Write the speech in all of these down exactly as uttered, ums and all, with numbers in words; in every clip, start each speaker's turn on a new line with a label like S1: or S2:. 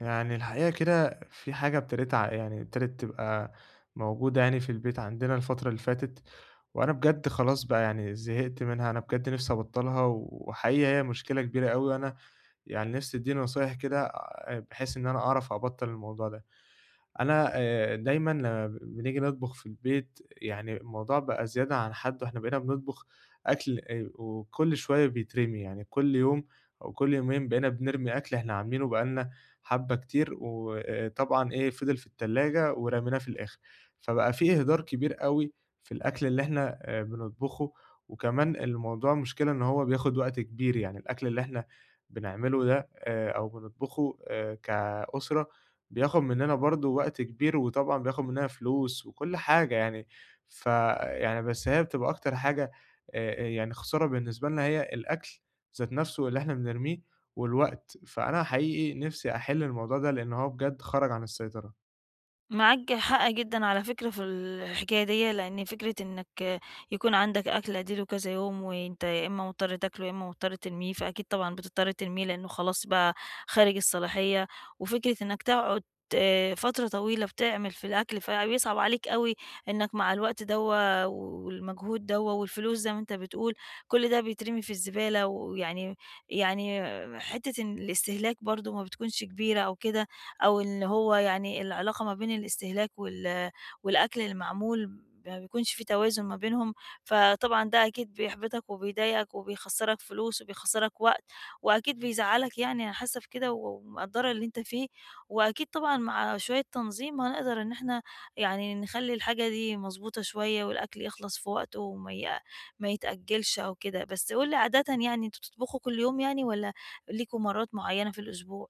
S1: يعني الحقيقة كده في حاجة ابتدِت ع يعني ابتدِت تبقى موجودة يعني في البيت عندنا الفترة اللي فاتت، وأنا بجد خلاص بقى يعني زهقت منها، أنا بجد نِفْسي أبطّلها وحقيقي هي مشكلة كبيرة أوي وأنا يعني نِفْسي أدّيني نصايح كده آآ بحيث إن أنا أعرف أبطّل الموضوع ده. أنا آآ دايمًا لمّا بنيجي نطبخ في البيت، يعني الموضوع بقى زيادة عن حدّه، إحنا بقينا بنطبخ أكل آآ وكل شوية بيترمي، يعني كل يوم أو كل يومين بقينا بنرمي أكل إحنا عاملينه بقى لنا حبّة كتير، وآآ طبعًا إيه، فضل في التلاجة ورميناه في الآخر، فبقى في إهدار كبير أوي في الأكل اللي إحنا آآ بنطبخه، وكمان الموضوع مشكلة إن هو بياخد وقت كبير، يعني الأكل اللي إحنا بنعمله ده آآ أو بنطبخه آآ كأسرة بياخد مننا برضه وقت كبير، وطبعًا بياخد مننا فلوس وكل حاجة يعني، فيعني بس هي بتبقى أكتر حاجة آآ، يعني خسارة بالنسبة لنا هي الأكل ذات نفسه اللي إحنا بنرميه والوقت، فأنا حقيقي نفسي أحل الموضوع ده لأن هو بجد خرج عن السيطرة.
S2: معاك حق جدًا على فكرة في الحكاية ديّة، لإن فكرة إنك يكون عندك أكل أديله كذا يوم، وأنت يا إما مضطر تاكله، يا إما مضطر ترميه، فأكيد طبعًا بتضطر ترميه لإنه خلاص بقى خارج الصلاحية، وفكرة إنك تقعد آه، فترة طويلة بتعمل في الأكل، فبيصعب عليك أوي إنك مع الوقت دوّة والمجهود دوّة والفلوس زي ما أنت بتقول، كل ده بيترمي في الزبالة، ويعني يعني حتة إن الاستهلاك برضه ما بتكونش كبيرة أو كده، أو اللي هو يعني العلاقة ما بين الاستهلاك وال والأكل المعمول ما بيكونش في توازن ما بينهم، فطبعًا ده أكيد بيحبطك وبيضايقك وبيخسّرك فلوس وبيخسّرك وقت، وأكيد بيزعّلك يعني أنا حاسة بكده ومقدّرة اللي أنت فيه، وأكيد طبعًا مع شوية تنظيم هنقدر إن إحنا يعني نخلّي الحاجة دي مضبوطة شوية والأكل يخلص في وقته وما ي ما يتأجّلش أو كده، بس قُل لي عادةً يعني أنتم بتطبخوا كل يوم يعني والّا ليكم مرات معيّنة في الأسبوع؟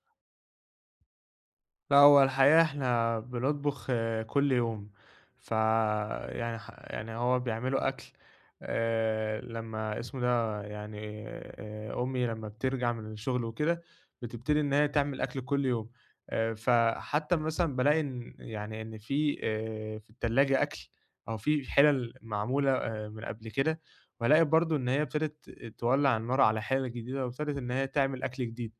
S1: لأ، هو الحقيقة إحنا بنطبخ آه، كل يوم، فيعني ح يعني هو بيعملوا أكل آآ، لمّا اسمه ده يعني آآ، أمي لمّا بترجع من الشغل وكده، بتبتدي إن هي تعمل أكل كل يوم، آآ، فحتى مثلًا بالاقي إن يعني إن في آآ، في التلاجة أكل أو في حِلَل معمولة آآ، من قبل كده، والاقي برضه إن هي ابتدت تولّع النار على حِلَل جديدة وابتدت إن هي تعمل أكل جديد.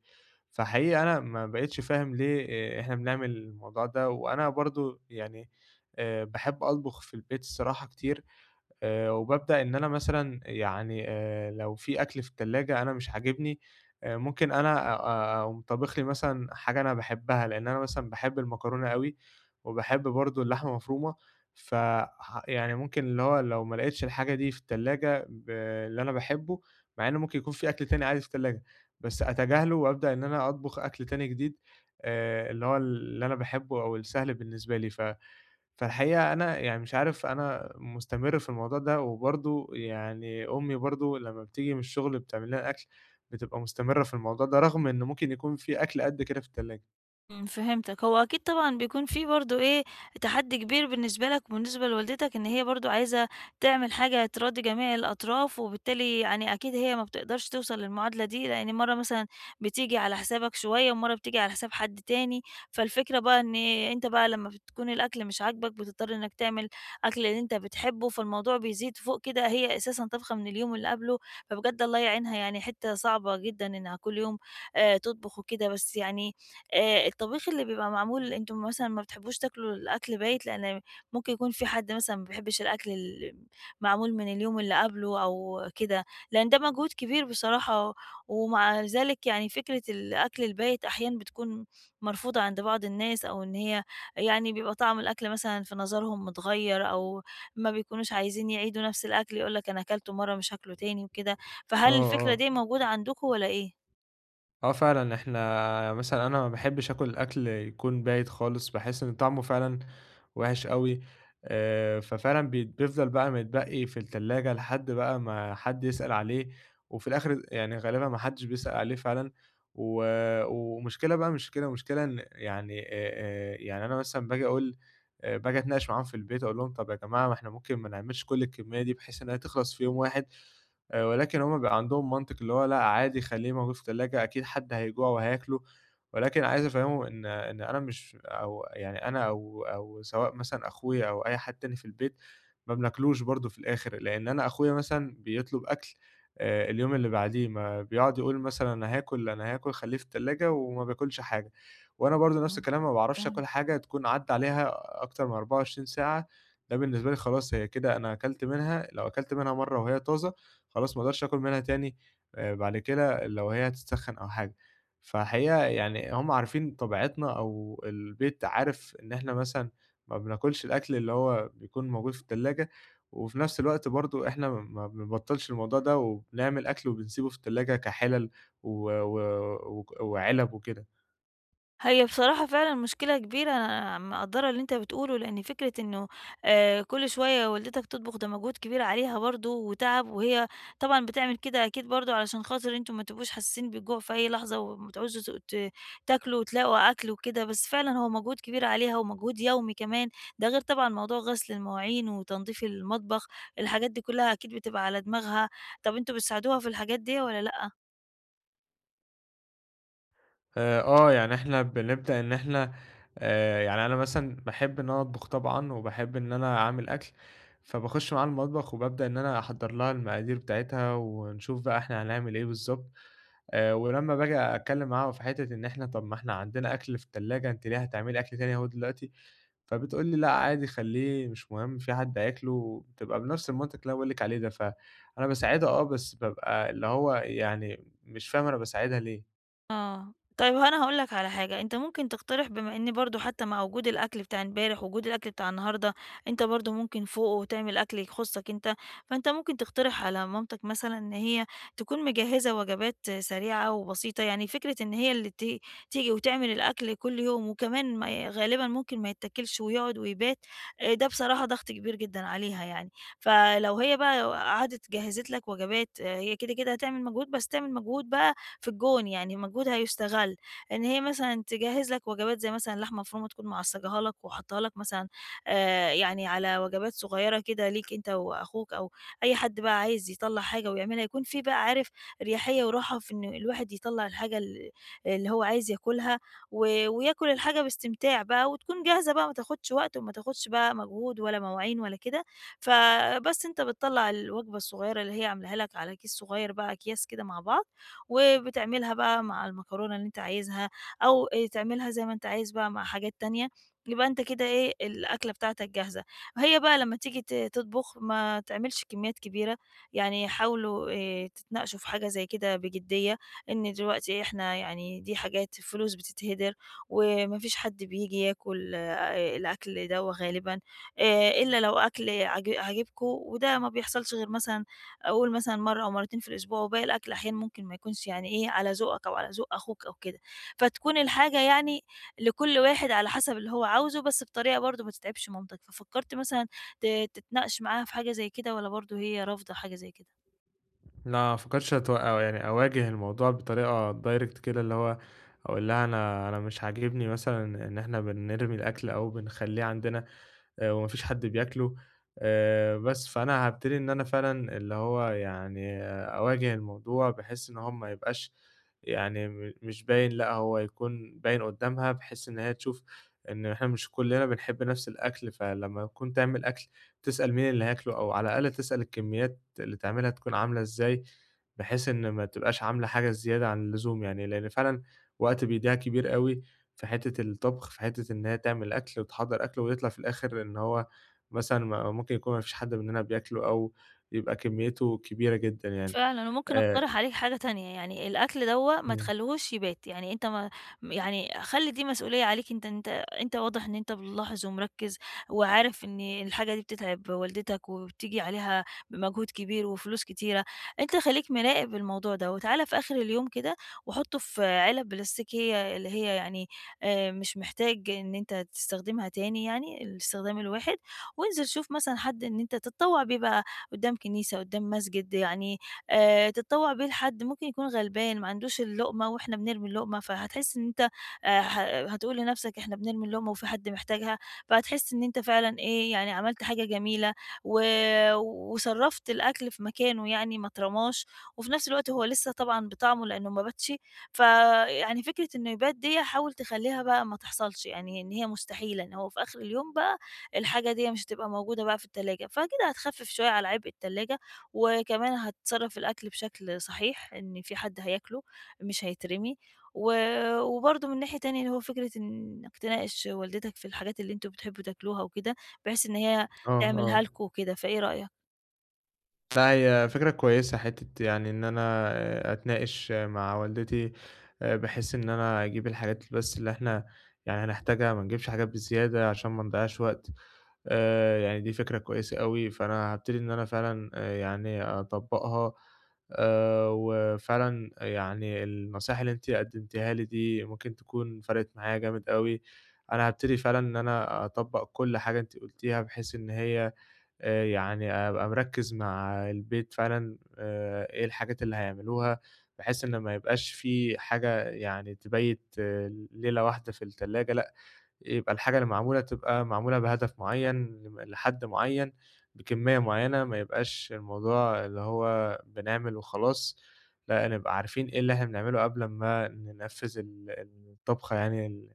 S1: فحقيقي أنا ما بقيتش فاهم ليه آآ إحنا بنعمل الموضوع ده، وأنا برضه يعني آآ باحب أطبخ في البيت الصراحة كتير، آآ وبابدأ إن أنا مثلًا يعني آآ لو في أكل في التلاجة أنا مش عاجبني، آآ ممكن أنا أ أ- أقوم طابخ لي مثلًا حاجة أنا باحبها، لإن أنا مثلًا باحب المكرونة أوي، وباحب برضه اللحمة مفرومة، ف ح يعني ممكن اللي هو لو ما لقيتش الحاجة دي في التلاجة ب اللي أنا باحبه، مع إن ممكن يكون في أكل تاني عادي في التلاجة، بس أتجاهله وأبدأ إن أنا أطبخ أكل تاني جديد، آآ اللي هو اللي أنا باحبه أو السهل بالنسبة لي ف فالحقيقة أنا يعني مش عارف أنا مستمر في الموضوع ده، وبرضه يعني أمي برضه لمّا بتيجي من الشغل بتعمل لنا أكل، بتبقى مستمرة في الموضوع ده، رغم إن ممكن يكون في أكل قد كده في التلاجة.
S2: إمم، فهمتك، هو أكيد طبعًا بيكون في برضه إيه، تحدّي كبير بالنسبة لك وبالنسبة لوالدتك إن هي برضه عايزة تعمل حاجة تراضي جميع الأطراف، وبالتالي يعني أكيد هي ما بتقدرش توصل للمعادلة دي، لإن مرّة مثلًا بتيجي على حسابك شوية، ومرّة بتيجي على حساب حد تاني، فالفكرة بقى إن أنت بقى لمّا بتكون الأكل مش عاجبك، بتضطر إنك تعمل أكل اللي أنت بتحبه، فالموضوع بيزيد فوق كده هي أساسًا طابخة من اليوم اللي قبله، فبجد الله يعينها يعني حتّة صعبة جدًا إنها كل يوم آآ، تطبخ وكده، بس يعني آآ الطبيخ اللي بيبقى معمول أنتم مثلًا ما بتحبوش تاكلوا الأكل بايت، لإن ممكن يكون في حد مثلًا ما بيحبش الأكل ال معمول من اليوم اللي قبله أو كده، لإن ده مجهود كبير بصراحة، ومع ذلك يعني فكرة الأكل البايت أحيانًا بتكون مرفوضة عند بعض الناس، أو إن هي يعني بيبقى طعم الأكل مثلًا في نظرهم متغيّر، أو ما بيكونوش عايزين يعيدوا نفس الأكل، يقول لك أنا أكلته مرة مش هاكله تاني وكده، فهل
S1: آه،
S2: الفكرة
S1: آه.
S2: دي موجودة عندكم والّا إيه؟
S1: آه فعلًا، إحنا مثلًا أنا ما باحبش آكل الأكل يكون بايت خالص، باحس إن طعمه فعلًا وِحِش أوي، آآ ففعلًا بيت بيفضل بقى متبقي في التلاجة لحد بقى ما حد يسأل عليه، وفي الآخر يعني غالبًا ما حدش بيسأل عليه فعلًا، و ومشكلة بقى مش كده، المشكلة إن يعني آآ آآ يعني أنا مثلًا باجي أقول آآ باجي أتناقش معاهم في البيت أقول لهم: "طَب يا جماعة ما إحنا ممكن ما نعملش كل الكمية دي بحيث إنها تخلص في يوم واحد." آآ ولكن هم بيبقى عندهم منطق اللي هو لأ عادي خلّيه موجود في التلاجة، أكيد حد هيجوع وهياكله، ولكن عايز أفهّمهم إن إن أنا مش أو يعني أنا أو أو سواء مثلًا أخويا أو أي حد تاني في البيت، ما بناكلوش برضه في الآخر، لإن أنا أخويا مثلًا بيطلب أكل آآ اليوم اللي بعديه، ما بيقعد يقول مثلًا أنا هاكل، أنا هاكل، خلّيه في التلاجة وما باكلش حاجة، وأنا برضه نفس الكلام ما باعرفش
S2: إمم.
S1: آكل حاجة تكون عدّى عليها أكتر من 24 ساعة، ده بالنسبة لي خلاص هي كده أنا أكلت منها، لو أكلت منها مرّة وهي طازة خلاص ما اقدرش آكل منها تاني آآ بعد كده لو هي هتتسخّن أو حاجة. فحقيقة يعني هم عارفين طبيعتنا أو البيت عارف إن إحنا مثلًا ما بناكلش الأكل اللي هو بيكون موجود في التلاجة، وفي نفس الوقت برضه إحنا ما بنبطّلش الموضوع ده وبنعمل أكل وبنسيبه في التلاجة كحِلَل و و وك وعِلَب وكده.
S2: هي بصراحة فعلًا مشكلة كبيرة، أنا مقدّرة اللي أنت بتقوله، لإن فكرة إنه آآ كل شوية والدتك تطبخ ده مجهود كبير عليها برضه وتعب، وهي طبعًا بتعمل كده أكيد برضه علشان خاطر أنتم ما تبقوش حاسين بالجوع في أي لحظة، وما تعوزوا ت ت تاكلوا وتلاقوا أكل وكده، بس فعلًا هو مجهود كبير عليها ومجهود يومي كمان، ده غير طبعًا موضوع غسل المواعين وتنضيف المطبخ، الحاجات دي كلها أكيد بتبقى على دماغها. طب أنتم بتساعدوها في الحاجات دي والّا لأ؟
S1: آآ، آه، يعني إحنا بنبدأ إن إحنا آآ، يعني أنا مثلًا باحب إن أنا أطبخ طبعًا، وباحب إن أنا أعمل أكل، فباخش معاها المطبخ وبابدأ إن أنا أحضّر لها المقادير بتاعتها، ونشوف بقى إحنا هنعمل إيه بالضبط، آآ، ولمّا باجي أتكلّم معاها في حتّة إن إحنا طَب ما إحنا عندنا أكل في التلاجة، أنتِ ليه هتعملي أكل تاني أهو دلوقتي؟ فبتقول لي: "لأ عادي خلّيه مش مهم، في حد هياكله." بتبقى بنفس المنطق اللي أنا باقول لِك عليه ده، فأنا باساعدها آه، بس بابقى اللي هو يعني مش فاهم أنا باساعدها ليه.
S2: آه. طيب أنا هاقول لك على حاجة، أنت ممكن تقترح بما إن برضه حتى مع وجود الأكل بتاع امبارح، وجود الأكل بتاع النهارده، أنت برضه ممكن فوقه تعمل أكل يخصّك أنت، فأنت ممكن تقترح على مامتك مثلًا إن هي تكون مجهّزة وجبات سريعة وبسيطة، يعني فكرة إن هي اللي ت تيجي وتعمل الأكل كل يوم، وكمان ما غالبًا ممكن ما يتاكلش ويقعد ويبات، آآ، ده بصراحة ضغط كبير جدًا عليها يعني، فلو هي بقى قعدت جهّزت لك وجبات، آه، هي كده، كده هتعمل مجهود، بس تعمل مجهود بقى في الجون يعني مجهودها يُستغَل، إن هي مثلًا تجهّز لك وجبات زي مثلًا لحمة مفرومة تكون معصّجاها لك وحاطّاها لك مثلًا آآ يعني على وجبات صغيّرة كده ليك أنت وأخوك أو أي حد بقى عايز يطلّع حاجة ويعملها، يكون في بقى عارف رياحية وراحة في إن الواحد يطلّع الحاجة ال اللي هو عايز ياكلها و وياكل الحاجة باستمتاع بقى وتكون جاهزة بقى ما تاخدش وقت وما تاخدش بقى مجهود ولا مواعين ولا كده، فبس أنت بتطلّع الوجبة الصغيّرة اللي هي عاملاها لك على كيس صغيّر بقى أكياس كده مع بعض وبتعملها بقى مع المكرونة اللي أنت عايزها أو آآ تعملها زي ما أنت عايز بقى مع حاجات تانية، يبقى أنت كده إيه، الأكلة بتاعتك جاهزة. هي بقى لمّا تيجي ت تطبخ ما تعملش كميات كبيرة، يعني حاولوا آآ تتناقشوا في حاجة زي كده بجدية، إن دلوقتي إحنا يعني دي حاجات فلوس بتتهدر وما فيش حد بييجي ياكل آآ الأكل دوّة غالبًا، آآ إلا لو أكل عاج عاجبكم وده ما بيحصلش غير مثلًا قول مثلًا مرّة أو مرّتين في الأسبوع، وباقي الأكل أحيانًا ممكن ما يكونش يعني إيه، على ذوقك أو على ذوق أخوك أو كده، فتكون الحاجة يعني لكل واحد على حسب اللي هو عاوزه، بس بطريقة برضه ما تتعبش مامتك، ففكّرت مثلًا ت تتناقش معاها في حاجة زي كده والّا برضه هي رافضة حاجة زي كده؟
S1: لا ما فكرتش أتوقع أو يعني أواجه الموضوع بطريقة direct كده اللي هو أقول لها أنا أنا مش عاجبني مثلا إن إحنا بنرمي الأكل أو بنخليه عندنا آآ وما فيش حد بياكله، آآ بس فأنا هابتدي إن أنا فعلًا اللي هو يعني آه، أواجه الموضوع بحيث إن هو ما يبقاش يعني م مش باين، لأ هو يكون باين قدّامها بحيث إن هي تشوف إن إحنا مش كُلّنا بنحب نفس الأكل، فلمّا تكون تعمل أكل تسأل مين اللي هياكله أو على الأقل تسأل الكميات اللي تعملها تكون عاملة إزاي، بحيث إن ما تبقاش عاملة حاجة زيادة عن اللزوم يعني، لإن فعلًا وقت بيضيع كبير أوي في حتّة الطبخ، في حتّة إن هي تعمل أكل وتحضّر أكل ويطلع في الآخر إن هو مثلًا ما ممكن يكون ما فيش حد مننا بياكله أو يبقى كمّيته كبيرة جدًا يعني.
S2: فعلًا، وممكن
S1: آآ
S2: أقترح عليك حاجة تانية، يعني الأكل دوّة ما
S1: إمم.
S2: تخلّيهوش يبات، يعني أنت ما يعني خلّي دي مسؤولية عليك أنت أنت أنت واضح إن أنت ملاحظ ومركّز، وعارف إن الحاجة دي بتتعب والدتك وبتيجي عليها بمجهود كبير وفلوس كتيرة، أنت خلّيك مراقب الموضوع ده، وتعالَ في آخر اليوم كده وحُطّه في علب بلاستيكية اللي هي يعني آآ، مش محتاج إن أنت تستخدمها تاني يعني الاستخدام الواحد، وانزل شوف مثلًا حد إن أنت تتطوّع بيه بقى قدّام كنيسة، قدّام مسجد، يعني آآ تتطوّع بيه لحد ممكن يكون غلبان ما عندوش اللقمة وإحنا بنرمي اللقمة، فهتحس إن أنت آآ ه هتقول لنَفْسك إحنا بنرمي اللقمة وفي حد محتاجها، فهتحس إن أنت فعلًا إيه، يعني عملت حاجة جميلة و وصرّفت الأكل في مكانه يعني ما اترماش، وفي نَفْس الوقت هو لسه طبعًا بطعمه لإنه ما باتش، فيعني فكرة إنه يبات ديّة حاول تخلّيها بقى ما تحصلش، يعني إن هي مستحيلة، إن هو في آخر اليوم بقى الحاجة ديّة مش هتبقى موجودة بقى في التلاجة، فكده هتخفِّف شوية على عبء التلاجة وكمان هتصرّف الأكل بشكل صحيح، إن في حد هياكله، مش هيترمي، و وبرضه من ناحية تانية اللي هو فكرة إنك تناقش والدتك في الحاجات اللي أنتم بتحبوا تاكلوها وكده، بحيث إن هي
S1: آه،
S2: تعملها
S1: آه.
S2: لكم وكده، فإيه رأيك؟
S1: لأ، هي فكرة كويسة حتّة يعني إن أنا آآ أتناقش آه، مع والدتي آآ بحيث إن أنا أجيب الحاجات بس اللي إحنا يعني هنحتاجها، ما نجيبش حاجات بزيادة عشان ما نضيّعش وقت. آآ يعني دي فكرة كويسة أوي، فأنا هابتدي إن أنا فعلًا آآ يعني أطبّقها، آآ وفعلًا يعني النصايح اللي أنتِ قدّمتيها لي دي ممكن تكون فرقِت معايا جامد أوي، أنا هابتدي فعلًا إن أنا أطبّق كل حاجة أنتِ قُلتيها، بحيث إن هي آآ يعني أبقى مركّز مع البيت فعلًا آآ إيه الحاجات اللي هيعملوها، بحيث إن ما يبقاش في حاجة يعني تبيّت آه، ليلة واحدة في التلاجة، لأ يبقى الحاجة اللي معمولة تبقى معمولة بهدف معيّن لم لحد معيّن، بكمية معيّنة، ما يبقاش الموضوع اللي هو بنعمل وخلاص، لأ نبقى عارفين إيه اللي إحنا بنعمله قبل ما ننفّذ ال الطبخة يعني ال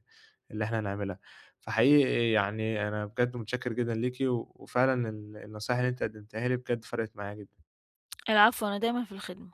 S1: اللي إحنا هنعملها. فحقيقي يعني أنا بجد متشكّر جدًا ليكِ، و وفعلًا ال النصايح اللي أنتِ قدّمتيها لي بجد فرقِت معايا جدًا.
S2: العفو، أنا دايمًا في الخدمة.